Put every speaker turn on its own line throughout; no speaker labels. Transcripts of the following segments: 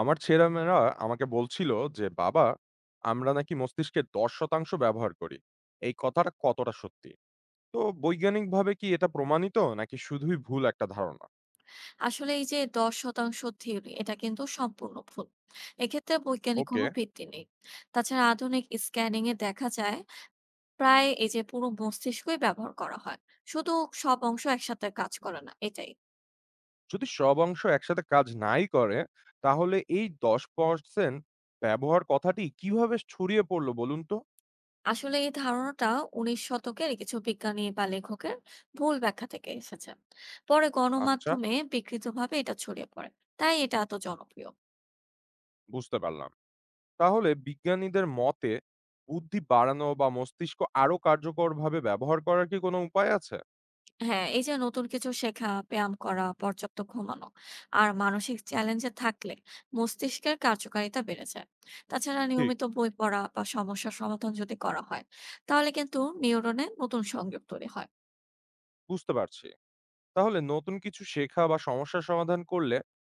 আমার ছেলেমেয়েরা আমাকে বলছিল যে বাবা, আমরা নাকি মস্তিষ্কের 10% ব্যবহার করি, এই কথাটা কতটা সত্যি? তো বৈজ্ঞানিকভাবে কি এটা প্রমাণিত নাকি শুধুই ভুল একটা ধারণা?
আসলে এই যে 10 % থিওরি এটা কিন্তু সম্পূর্ণ ভুল। এক্ষেত্রে বৈজ্ঞানিক
ওকে।
কোনো ভিত্তি নেই। তাছাড়া আধুনিক স্ক্যানিং এ দেখা যায় প্রায় এই যে পুরো মস্তিষ্কই ব্যবহার করা হয়, শুধু সব অংশ একসাথে কাজ করে না এটাই।
যদি সব অংশ একসাথে কাজ নাই করে, তাহলে এই 10% ব্যবহার কথাটি কিভাবে ছড়িয়ে পড়লো বলুন তো?
আসলে এই ধারণাটা 19 শতকের কিছু বিজ্ঞানী বা লেখকের ভুল ব্যাখ্যা থেকে এসেছে। পরে
আচ্ছা,
গণমাধ্যমে বিকৃতভাবে এটা ছড়িয়ে পড়ে, তাই এটা এত জনপ্রিয়।
বুঝতে পারলাম। তাহলে বিজ্ঞানীদের মতে বুদ্ধি বাড়ানো বা মস্তিষ্ক আরো কার্যকরভাবে ব্যবহার করার কি কোনো উপায় আছে?
হ্যাঁ, এই যে নতুন কিছু শেখা, ব্যায়াম করা, পর্যাপ্ত ঘুমানো আর মানসিক চ্যালেঞ্জে থাকলে মস্তিষ্কের কার্যকারিতা বেড়ে যায়। তাছাড়া
ঠিক।
নিয়মিত বই পড়া বা সমস্যার সমাধান যদি করা হয়, তাহলে কিন্তু নিউরনে নতুন সংযোগ তৈরি হয়।
বুঝতে পারছি। তাহলে নতুন কিছু শেখা বা সমস্যা সমাধান করলে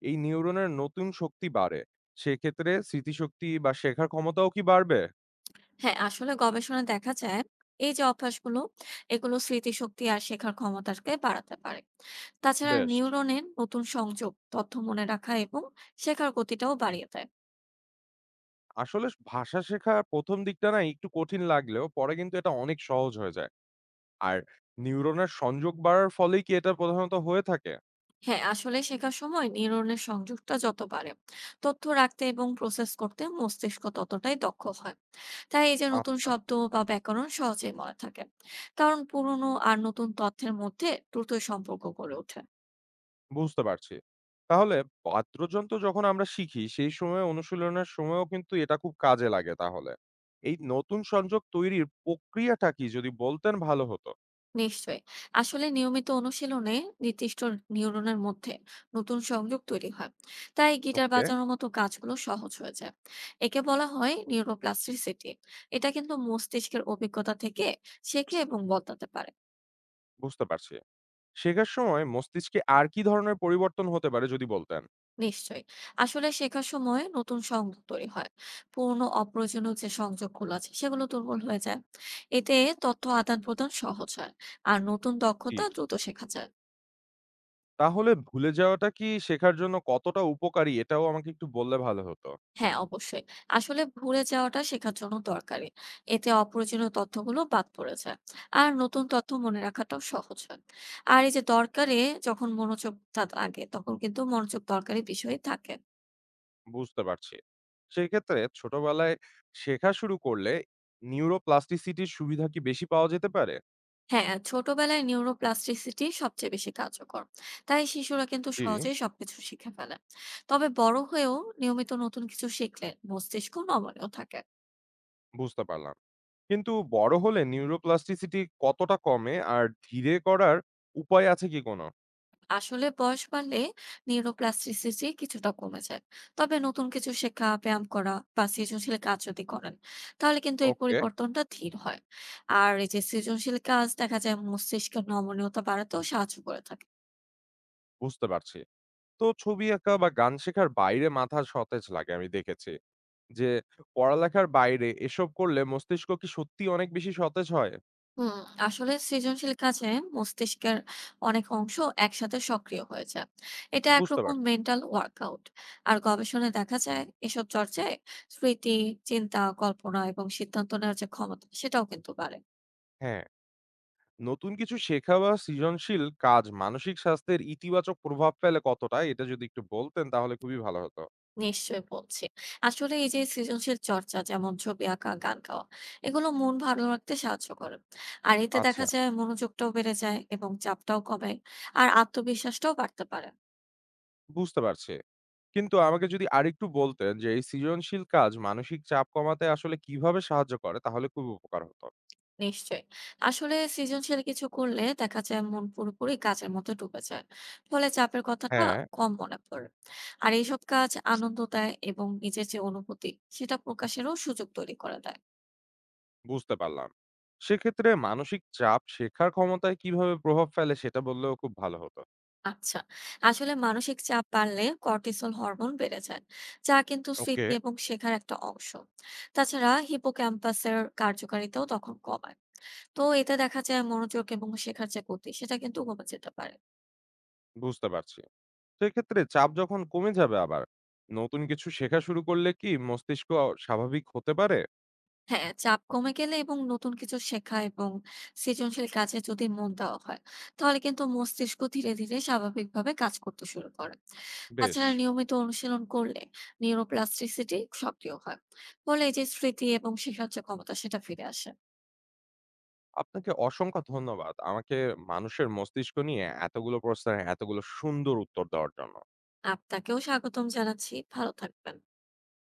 এই নিউরনের নতুন শক্তি বাড়ে, সেক্ষেত্রে স্মৃতিশক্তি বা শেখার ক্ষমতাও কি বাড়বে?
হ্যাঁ, আসলে গবেষণায় দেখা যায় এই যে অভ্যাসগুলো, এগুলো স্মৃতিশক্তি আর শেখার ক্ষমতাকে বাড়াতে পারে। তাছাড়া
বেশ।
নিউরনের নতুন সংযোগ, তথ্য মনে রাখা এবং শেখার গতিটাও বাড়িয়ে দেয়।
আসলে ভাষা শেখার প্রথম দিকটা না একটু কঠিন লাগলেও পরে কিন্তু এটা অনেক সহজ হয়ে যায়। আর নিউরনের সংযোগ বাড়ার ফলেই কি এটা প্রধানত হয়ে থাকে?
হ্যাঁ, আসলে শেখার সময় নিউরনের সংযোগটা যত বাড়ে, তথ্য রাখতে এবং প্রসেস করতে মস্তিষ্ক ততটাই দক্ষ হয়। তাই এই যে নতুন
আচ্ছা,
শব্দ বা ব্যাকরণ সহজেই মনে থাকে, কারণ পুরনো আর নতুন তথ্যের মধ্যে দ্রুত সম্পর্ক গড়ে ওঠে।
বুঝতে পারছি। তাহলে বাদ্যযন্ত্র যখন আমরা শিখি সেই সময় অনুশীলনের সময়ও কিন্তু এটা খুব কাজে লাগে। তাহলে এই নতুন সংযোগ তৈরির প্রক্রিয়াটা কি যদি বলতেন ভালো হতো।
নিশ্চয়ই। আসলে নিয়মিত অনুশীলনে নির্দিষ্ট নিউরনের মধ্যে নতুন সংযোগ তৈরি হয়, তাই গিটার
ওকে,
বাজানোর মতো কাজগুলো সহজ হয়ে যায়। একে বলা হয় নিউরোপ্লাস্টিসিটি। এটা কিন্তু মস্তিষ্কের অভিজ্ঞতা থেকে শেখে এবং বদলাতে পারে।
বুঝতে পারছি। শেখার সময় মস্তিষ্কে আর কি ধরনের পরিবর্তন হতে পারে যদি বলতেন?
নিশ্চয়ই। আসলে শেখার সময় নতুন সংযোগ তৈরি হয়। পুরনো অপ্রয়োজনীয় যে সংযোগগুলো আছে সেগুলো দুর্বল হয়ে যায়। এতে তথ্য আদান-প্রদান সহজ হয়। আর নতুন
জি।
দক্ষতা দ্রুত শেখা যায়।
তাহলে ভুলে যাওয়াটা কি শেখার জন্য কতটা উপকারী এটাও আমাকে একটু বললে ভালো হতো।
হ্যাঁ, অবশ্যই। আসলে ভুলে যাওয়াটা শেখার জন্য দরকারি। এতে অপ্রয়োজনীয় তথ্যগুলো বাদ পড়ে যায়। আর নতুন তথ্য মনে রাখাটাও সহজ হয়। আর এই যে দরকারে যখন মনোযোগটা লাগে তখন কিন্তু মনোযোগ দরকারি বিষয়ে থাকে।
বুঝতে পারছি। সেক্ষেত্রে ছোটবেলায় শেখা শুরু করলে নিউরোপ্লাস্টিসিটির সুবিধা কি বেশি পাওয়া যেতে পারে?
হ্যাঁ, ছোটবেলায় নিউরোপ্লাস্টিসিটি সবচেয়ে বেশি কার্যকর, তাই শিশুরা কিন্তু
জি।
সহজেই সবকিছু শিখে ফেলে। তবে বড় হয়েও নিয়মিত নতুন কিছু শিখলে মস্তিষ্ক নমনীয় থাকে।
বুঝতে পারলাম। কিন্তু বড় হলে নিউরোপ্লাস্টিসিটি কতটা কমে আর ধীরে করার উপায় আছে কি কোনো?
আসলে বয়স বাড়লে নিউরোপ্লাস্টিসিটি কিছুটা কমে যায়, তবে নতুন কিছু শেখা, ব্যায়াম করা বা সৃজনশীল কাজ যদি করেন, তাহলে কিন্তু এই
ওকে,
পরিবর্তনটা ধীর হয়। আর এই যে সৃজনশীল কাজ দেখা যায় মস্তিষ্কের নমনীয়তা বাড়াতেও সাহায্য করে থাকে।
বুঝতে পারছি। তো ছবি আঁকা বা গান শেখার বাইরে মাথা সতেজ লাগে আমি দেখেছি। যে পড়ালেখার বাইরে এসব করলে মস্তিষ্ক কি সত্যিই অনেক বেশি সতেজ হয়?
হুম, আসলে সৃজনশীল কাজে মস্তিষ্কের অনেক অংশ একসাথে সক্রিয় হয়ে যায়। এটা
বুঝতে
একরকম
পারছি।
Mental workout. আর গবেষণায় দেখা যায় এসব চর্চায় স্মৃতি, চিন্তা, কল্পনা এবং সিদ্ধান্ত নেওয়ার যে ক্ষমতা সেটাও কিন্তু বাড়ে।
হ্যাঁ, নতুন কিছু শেখা বা সৃজনশীল কাজ মানসিক স্বাস্থ্যের ইতিবাচক প্রভাব ফেলে কতটা এটা যদি একটু বলতেন তাহলে খুবই ভালো হতো।
নিশ্চয়ই, বলছি। আসলে এই যে সৃজনশীল চর্চা, যেমন ছবি আঁকা, গান গাওয়া, এগুলো মন ভালো রাখতে সাহায্য করে। আর এতে
আচ্ছা,
দেখা যায় মনোযোগটাও বেড়ে যায় এবং চাপটাও কমে। আর আত্মবিশ্বাসটাও বাড়তে পারে।
বুঝতে পারছি। কিন্তু আমাকে যদি আরেকটু বলতেন যে এই সৃজনশীল কাজ মানসিক চাপ কমাতে আসলে কিভাবে সাহায্য করে তাহলে খুব উপকার হতো।
নিশ্চয়ই। আসলে সৃজনশীল কিছু করলে দেখা যায় মন পুরোপুরি কাজের মধ্যে ডুবে যায়। ফলে চাপের কথাটা
হ্যাঁ।
কম মনে পড়ে। আর এইসব কাজ আনন্দ দেয় এবং নিজের যে অনুভূতি সেটা প্রকাশেরও সুযোগ তৈরি করে দেয়।
বুঝতে পারলাম। সেক্ষেত্রে মানসিক চাপ শেখার ক্ষমতায় কিভাবে প্রভাব ফেলে সেটা বললেও খুব ভালো হতো।
আচ্ছা, আসলে মানসিক চাপ বাড়লে কর্টিসল হরমোন বেড়ে যায়, যা কিন্তু
ওকে,
স্মৃতি এবং শেখার একটা অংশ। তাছাড়া হিপোক্যাম্পাসের কার্যকারিতাও তখন কমায়। তো এতে দেখা যায় মনোযোগ এবং শেখার যে গতি সেটা কিন্তু কমে যেতে পারে।
বুঝতে পারছি। সেক্ষেত্রে চাপ যখন কমে যাবে আবার নতুন কিছু শেখা শুরু করলে কি মস্তিষ্ক স্বাভাবিক হতে পারে?
হ্যাঁ, চাপ কমে গেলে এবং নতুন কিছু শেখা এবং সৃজনশীল কাজে যদি মন দেওয়া হয়, তাহলে কিন্তু মস্তিষ্ক ধীরে স্বাভাবিকভাবে কাজ করতে শুরু করে।
বেশ,
তাছাড়া নিয়মিত অনুশীলন করলে নিউরোপ্লাস্টিসিটি সক্রিয় হয়। ফলে এই যে স্মৃতি এবং শেখার যে ক্ষমতা সেটা ফিরে আসে।
আপনাকে অসংখ্য ধন্যবাদ আমাকে মানুষের মস্তিষ্ক নিয়ে এতগুলো প্রশ্নের এতগুলো সুন্দর উত্তর দেওয়ার জন্য।
আপনাকেও স্বাগতম জানাচ্ছি। ভালো থাকবেন।